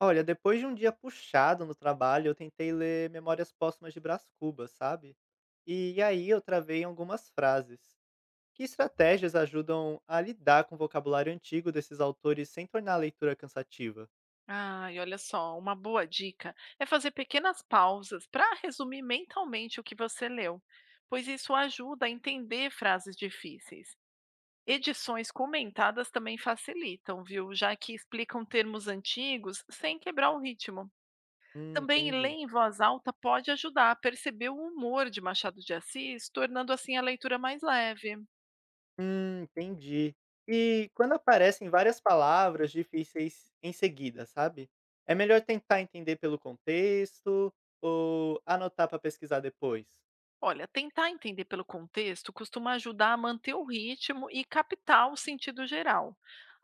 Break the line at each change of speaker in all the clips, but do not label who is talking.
Olha, depois de um dia puxado no trabalho, eu tentei ler Memórias Póstumas de Brás Cubas, sabe? E aí eu travei em algumas frases. Que estratégias ajudam a lidar com o vocabulário antigo desses autores sem tornar a leitura cansativa?
Ai, olha só, uma boa dica é fazer pequenas pausas para resumir mentalmente o que você leu, pois isso ajuda a entender frases difíceis. Edições comentadas também facilitam, viu? Já que explicam termos antigos sem quebrar o ritmo. Também ler
Entendi.
em voz alta pode ajudar a perceber o humor de Machado de Assis, tornando assim a leitura mais leve.
Entendi. E quando aparecem várias palavras difíceis em seguida, sabe? É melhor tentar entender pelo contexto ou anotar para pesquisar depois,
Olha, tentar entender pelo contexto costuma ajudar a manter o ritmo e captar o sentido geral.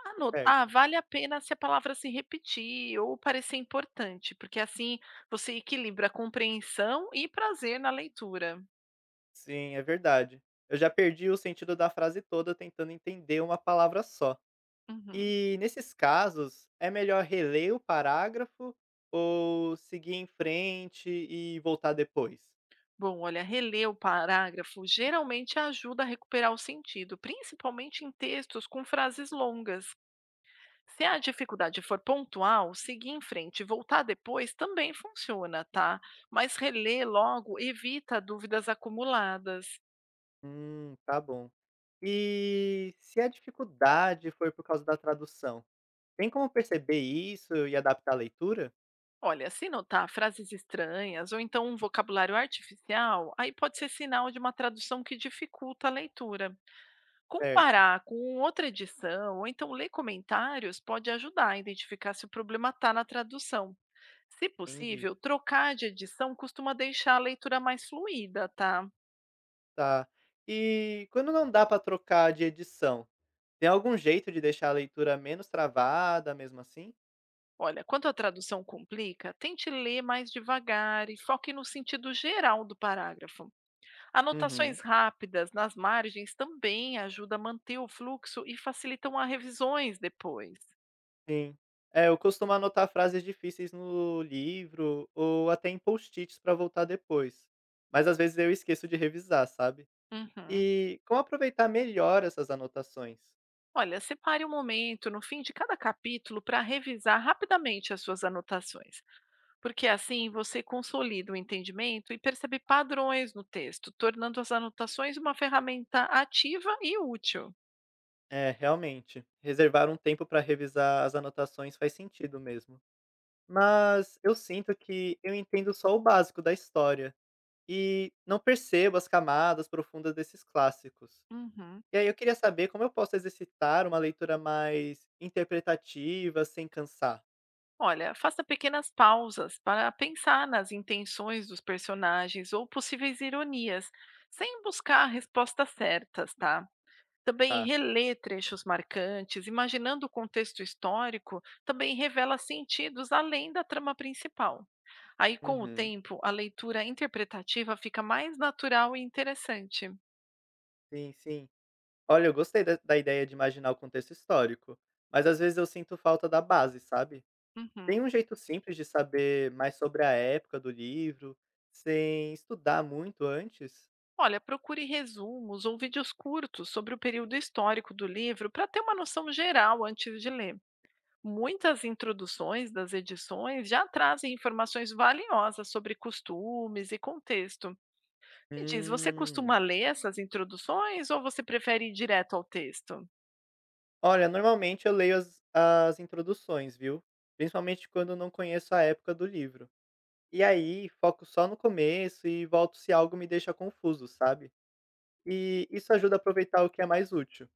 Anotar
certo?
vale a pena se a palavra se repetir ou parecer importante, porque assim você equilibra compreensão e prazer na leitura.
Sim, é verdade. Eu já perdi o sentido da frase toda tentando entender uma palavra só.
Uhum.
E nesses casos, é melhor reler o parágrafo ou seguir em frente e voltar depois?
Bom, olha, reler o parágrafo geralmente ajuda a recuperar o sentido, principalmente em textos com frases longas. Se a dificuldade for pontual, seguir em frente e voltar depois também funciona, tá? Mas reler logo evita dúvidas acumuladas.
Tá bom. E se a dificuldade for por causa da tradução, tem como perceber isso e adaptar a leitura?
Olha, se notar frases estranhas ou então um vocabulário artificial, aí pode ser sinal de uma tradução que dificulta a leitura.
Certo,
Comparar com outra edição ou então ler comentários pode ajudar a identificar se o problema está na tradução. Se
entendi.
possível, trocar de edição costuma deixar a leitura mais fluida, tá?
Tá. E quando não dá pra trocar de edição, tem algum jeito de deixar a leitura menos travada, mesmo assim?
Olha, quando a tradução complica, tente ler mais devagar e foque no sentido geral do parágrafo.
Uhum,
Anotações rápidas nas margens também ajudam a manter o fluxo e facilitam as revisões depois.
sim. É, eu costumo anotar frases difíceis no livro ou até em post-its para voltar depois, mas às vezes eu esqueço de revisar, sabe.
Uhum.
E como aproveitar melhor essas anotações?
Olha, separe um momento no fim de cada capítulo para revisar rapidamente as suas anotações, porque assim você consolida o entendimento e percebe padrões no texto, tornando as anotações uma ferramenta ativa e útil.
É, realmente, reservar um tempo para revisar as anotações faz sentido mesmo. Mas eu sinto que eu entendo só o básico da história e não percebo as camadas profundas desses clássicos.
Uhum.
E aí eu queria saber como eu posso exercitar uma leitura mais interpretativa sem cansar,
Olha, faça pequenas pausas para pensar nas intenções dos personagens ou possíveis ironias, sem buscar respostas certas, tá? Também
tá?
reler trechos marcantes, imaginando o contexto histórico, também revela sentidos além da trama principal. Aí, com o
Uhum.
tempo, a leitura interpretativa fica mais natural e interessante.
Sim, sim. Olha, eu gostei da ideia de imaginar o contexto histórico, mas às vezes eu sinto falta da base, sabe? Tem
Uhum.
um jeito simples de saber mais sobre a época do livro, sem estudar muito antes?
Olha, procure resumos ou vídeos curtos sobre o período histórico do livro para ter uma noção geral antes de ler. Muitas introduções das edições já trazem informações valiosas sobre costumes e contexto. Me diz, você
Hum.
costuma ler essas introduções ou você prefere ir direto ao texto?
Olha, normalmente eu leio as introduções, viu? Principalmente quando eu não conheço a época do livro. E aí, foco só no começo e volto se algo me deixa confuso, sabe. E isso ajuda a aproveitar o que é mais útil.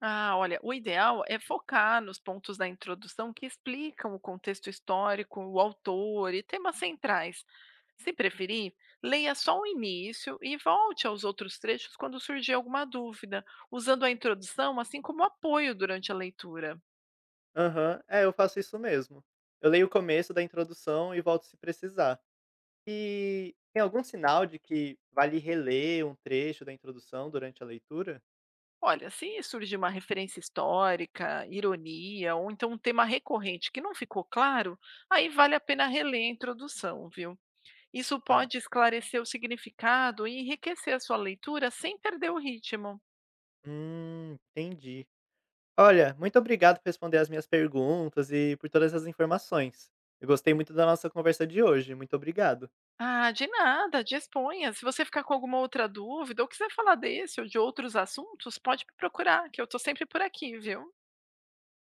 Ah, olha, o ideal é focar nos pontos da introdução que explicam o contexto histórico, o autor e temas centrais. Se preferir, leia só o início e volte aos outros trechos quando surgir alguma dúvida, usando a introdução assim como apoio durante a leitura.
Aham, é, eu faço isso mesmo. Eu leio o começo da introdução e volto se precisar. E tem algum sinal de que vale reler um trecho da introdução durante a leitura?
Olha, se surge uma referência histórica, ironia ou então um tema recorrente que não ficou claro, aí vale a pena reler a introdução, viu? Isso
Tá.
pode esclarecer o significado e enriquecer a sua leitura sem perder o ritmo.
Entendi. Olha, muito obrigado por responder as minhas perguntas e por todas as informações. Eu gostei muito da nossa conversa de hoje. Muito obrigado.
Ah, de nada, disponha. Se você ficar com alguma outra dúvida ou quiser falar desse ou de outros assuntos, pode me procurar, que eu estou sempre por aqui, viu?